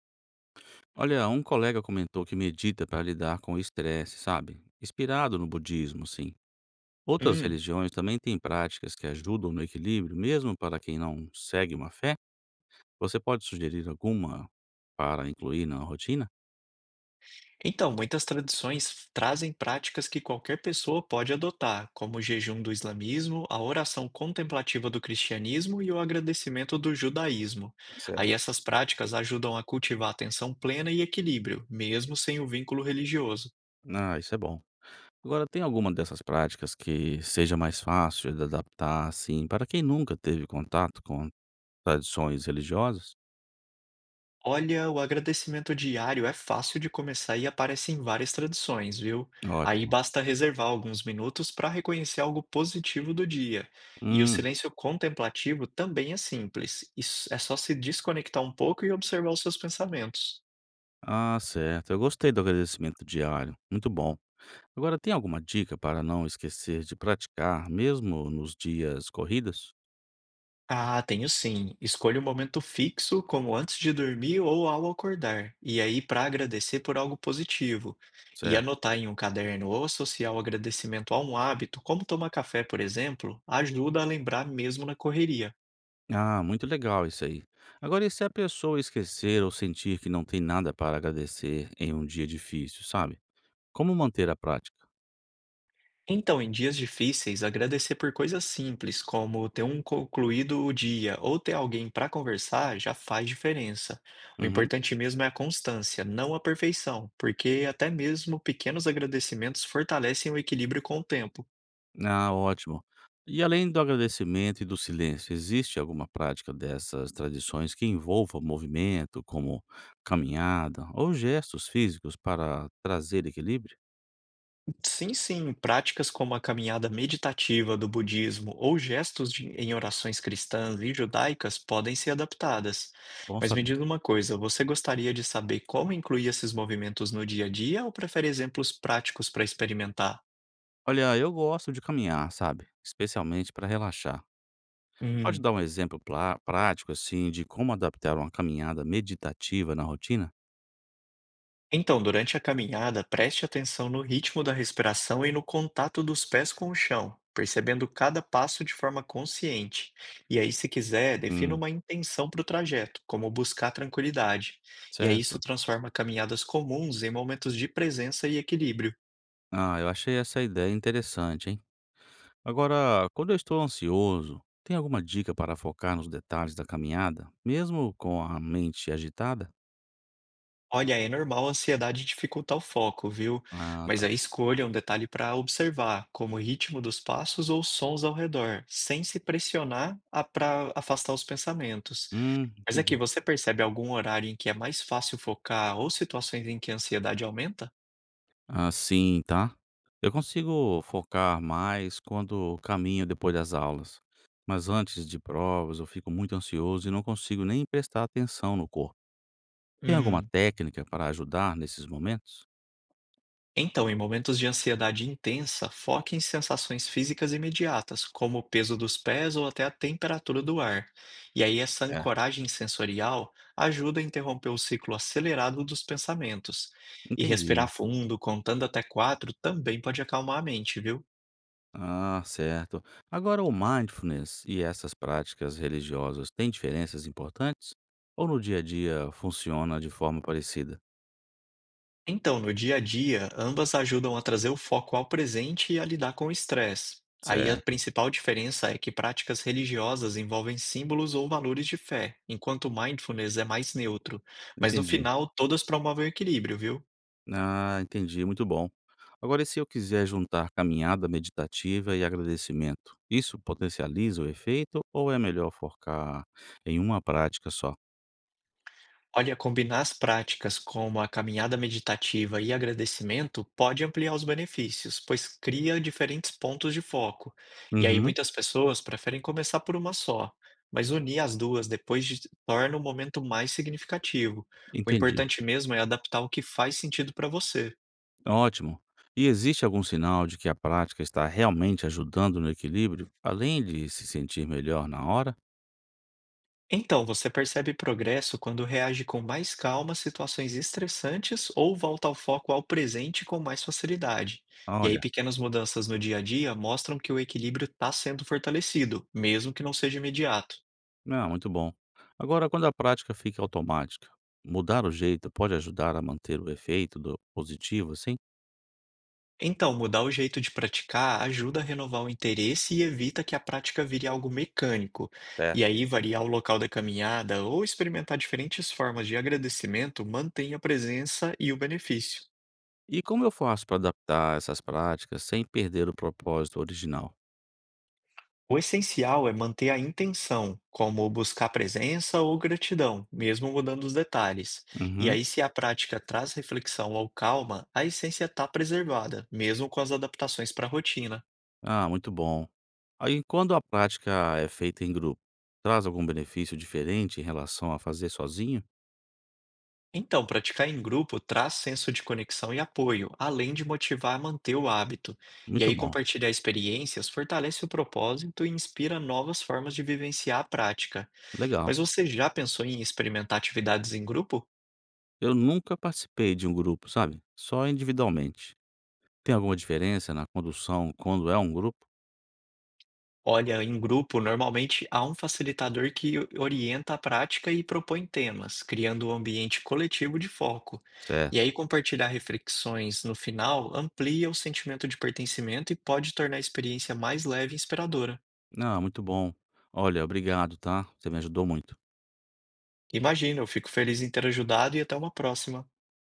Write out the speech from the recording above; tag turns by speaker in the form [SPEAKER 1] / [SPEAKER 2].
[SPEAKER 1] Olha, um colega comentou que medita para lidar com o estresse, sabe? Inspirado no budismo, sim. Outras
[SPEAKER 2] Hum.
[SPEAKER 1] religiões também têm práticas que ajudam no equilíbrio, mesmo para quem não segue uma fé. Você pode sugerir alguma para incluir na rotina?
[SPEAKER 2] Então, muitas tradições trazem práticas que qualquer pessoa pode adotar, como o jejum do islamismo, a oração contemplativa do cristianismo e o agradecimento do judaísmo. Aí
[SPEAKER 1] Certo.
[SPEAKER 2] essas práticas ajudam a cultivar atenção plena e equilíbrio, mesmo sem o vínculo religioso.
[SPEAKER 1] Ah, isso é bom. Agora, tem alguma dessas práticas que seja mais fácil de adaptar, assim, para quem nunca teve contato com tradições religiosas?
[SPEAKER 2] Olha, o agradecimento diário é fácil de começar e aparece em várias tradições, viu? Aí
[SPEAKER 1] Ótimo.
[SPEAKER 2] basta reservar alguns minutos para reconhecer algo positivo do dia. E o
[SPEAKER 1] Hum,
[SPEAKER 2] silêncio contemplativo também é simples. Isso é só se desconectar um pouco e observar os seus pensamentos.
[SPEAKER 1] ah, certo. Eu gostei do agradecimento diário. Muito bom. Agora, tem alguma dica para não esquecer de praticar, mesmo nos dias corridos?
[SPEAKER 2] Ah, tenho sim. Escolha um momento fixo, como antes de dormir ou ao acordar, e aí para agradecer por algo positivo. E
[SPEAKER 1] Certo.
[SPEAKER 2] anotar em um caderno ou associar o agradecimento a um hábito, como tomar café, por exemplo, ajuda a lembrar mesmo na correria.
[SPEAKER 1] Ah, muito legal isso aí. Agora, e se a pessoa esquecer ou sentir que não tem nada para agradecer em um dia difícil, sabe? Como manter a prática?
[SPEAKER 2] Então, em dias difíceis, agradecer por coisas simples, como ter um concluído o dia ou ter alguém para conversar, já faz diferença. O
[SPEAKER 1] Uhum.
[SPEAKER 2] importante mesmo é a constância, não a perfeição, porque até mesmo pequenos agradecimentos fortalecem o equilíbrio com o tempo.
[SPEAKER 1] Ah, ótimo. E além do agradecimento e do silêncio, existe alguma prática dessas tradições que envolva movimento, como caminhada ou gestos físicos para trazer equilíbrio?
[SPEAKER 2] Sim, sim, práticas como a caminhada meditativa do budismo ou em orações cristãs e judaicas podem ser adaptadas.
[SPEAKER 1] Bom
[SPEAKER 2] Mas me
[SPEAKER 1] saber.
[SPEAKER 2] diz uma coisa, você gostaria de saber como incluir esses movimentos no dia a dia ou prefere exemplos práticos para experimentar?
[SPEAKER 1] Olha, eu gosto de caminhar, sabe? Especialmente para relaxar. Pode
[SPEAKER 2] Hum.
[SPEAKER 1] dar um exemplo prático, assim, de como adaptar uma caminhada meditativa na rotina?
[SPEAKER 2] Então, durante a caminhada, preste atenção no ritmo da respiração e no contato dos pés com o chão, percebendo cada passo de forma consciente. E aí, se quiser, defina
[SPEAKER 1] Hum,
[SPEAKER 2] uma intenção para o trajeto, como buscar tranquilidade. E aí, isso
[SPEAKER 1] certo.
[SPEAKER 2] transforma caminhadas comuns em momentos de presença e equilíbrio.
[SPEAKER 1] Ah, eu achei essa ideia interessante, hein? Agora, quando eu estou ansioso, tem alguma dica para focar nos detalhes da caminhada, mesmo com a mente agitada?
[SPEAKER 2] Olha, é normal a ansiedade dificultar o foco, viu?
[SPEAKER 1] Ah,
[SPEAKER 2] Mas
[SPEAKER 1] tá.
[SPEAKER 2] aí escolha um detalhe para observar, como o ritmo dos passos ou sons ao redor, sem se pressionar para afastar os pensamentos. Mas aqui,
[SPEAKER 1] Entendi.
[SPEAKER 2] você percebe algum horário em que é mais fácil focar ou situações em que a ansiedade aumenta?
[SPEAKER 1] Ah, sim, tá? Eu consigo focar mais quando caminho depois das aulas, mas antes de provas eu fico muito ansioso e não consigo nem prestar atenção no corpo. Tem alguma
[SPEAKER 2] Hum.
[SPEAKER 1] técnica para ajudar nesses momentos?
[SPEAKER 2] Então, em momentos de ansiedade intensa, foque em sensações físicas imediatas, como o peso dos pés ou até a temperatura do ar. E aí, essa
[SPEAKER 1] Certo.
[SPEAKER 2] ancoragem sensorial ajuda a interromper o ciclo acelerado dos pensamentos. E respirar
[SPEAKER 1] Entendi.
[SPEAKER 2] fundo, contando até quatro, também pode acalmar a mente, viu?
[SPEAKER 1] Ah, certo. Agora, o mindfulness e essas práticas religiosas têm diferenças importantes? Ou no dia a dia funciona de forma parecida?
[SPEAKER 2] Então, no dia a dia, ambas ajudam a trazer o foco ao presente e a lidar com o estresse. Aí a
[SPEAKER 1] Certo.
[SPEAKER 2] principal diferença é que práticas religiosas envolvem símbolos ou valores de fé, enquanto mindfulness é mais neutro. Mas no
[SPEAKER 1] Entendi.
[SPEAKER 2] final, todas promovem o equilíbrio, viu?
[SPEAKER 1] Ah, entendi, muito bom. Agora, e se eu quiser juntar caminhada meditativa e agradecimento, isso potencializa o efeito ou é melhor focar em uma prática só?
[SPEAKER 2] Olha, combinar as práticas como a caminhada meditativa e agradecimento pode ampliar os benefícios, pois cria diferentes pontos de foco. E aí
[SPEAKER 1] Uhum,
[SPEAKER 2] muitas pessoas preferem começar por uma só, mas unir as duas torna o momento mais significativo. O
[SPEAKER 1] entendi.
[SPEAKER 2] importante mesmo é adaptar o que faz sentido para você.
[SPEAKER 1] Ótimo. E existe algum sinal de que a prática está realmente ajudando no equilíbrio, além de se sentir melhor na hora?
[SPEAKER 2] Então, você percebe progresso quando reage com mais calma a situações estressantes ou volta ao foco ao presente com mais facilidade. E aí,
[SPEAKER 1] Olha,
[SPEAKER 2] pequenas mudanças no dia a dia mostram que o equilíbrio está sendo fortalecido, mesmo que não seja imediato.
[SPEAKER 1] ah, muito bom. Agora, quando a prática fica automática, mudar o jeito pode ajudar a manter o efeito do positivo, assim?
[SPEAKER 2] Então, mudar o jeito de praticar ajuda a renovar o interesse e evita que a prática vire algo mecânico. E
[SPEAKER 1] Certo.
[SPEAKER 2] aí, variar o local da caminhada ou experimentar diferentes formas de agradecimento mantém a presença e o benefício.
[SPEAKER 1] E como eu faço para adaptar essas práticas sem perder o propósito original?
[SPEAKER 2] O essencial é manter a intenção, como buscar presença ou gratidão, mesmo mudando os detalhes. E
[SPEAKER 1] Uhum.
[SPEAKER 2] aí, se a prática traz reflexão ou calma, a essência está preservada, mesmo com as adaptações para a rotina.
[SPEAKER 1] Ah, muito bom. Aí, quando a prática é feita em grupo, traz algum benefício diferente em relação a fazer sozinho?
[SPEAKER 2] Então, praticar em grupo traz senso de conexão e apoio, além de motivar a manter o hábito. E
[SPEAKER 1] Muito
[SPEAKER 2] aí,
[SPEAKER 1] bom,
[SPEAKER 2] compartilhar experiências fortalece o propósito e inspira novas formas de vivenciar a prática.
[SPEAKER 1] legal.
[SPEAKER 2] Mas você já pensou em experimentar atividades em grupo?
[SPEAKER 1] Eu nunca participei de um grupo, sabe? Só individualmente. Tem alguma diferença na condução quando é um grupo?
[SPEAKER 2] Olha, em grupo, normalmente há um facilitador orienta a prática e propõe temas, criando um ambiente coletivo de foco. E
[SPEAKER 1] Certo.
[SPEAKER 2] aí, compartilhar reflexões no final amplia o sentimento de pertencimento e pode tornar a experiência mais leve e inspiradora.
[SPEAKER 1] Ah, muito bom. Olha, obrigado, tá? Você me ajudou muito.
[SPEAKER 2] Imagina, eu fico feliz em ter ajudado e até uma próxima.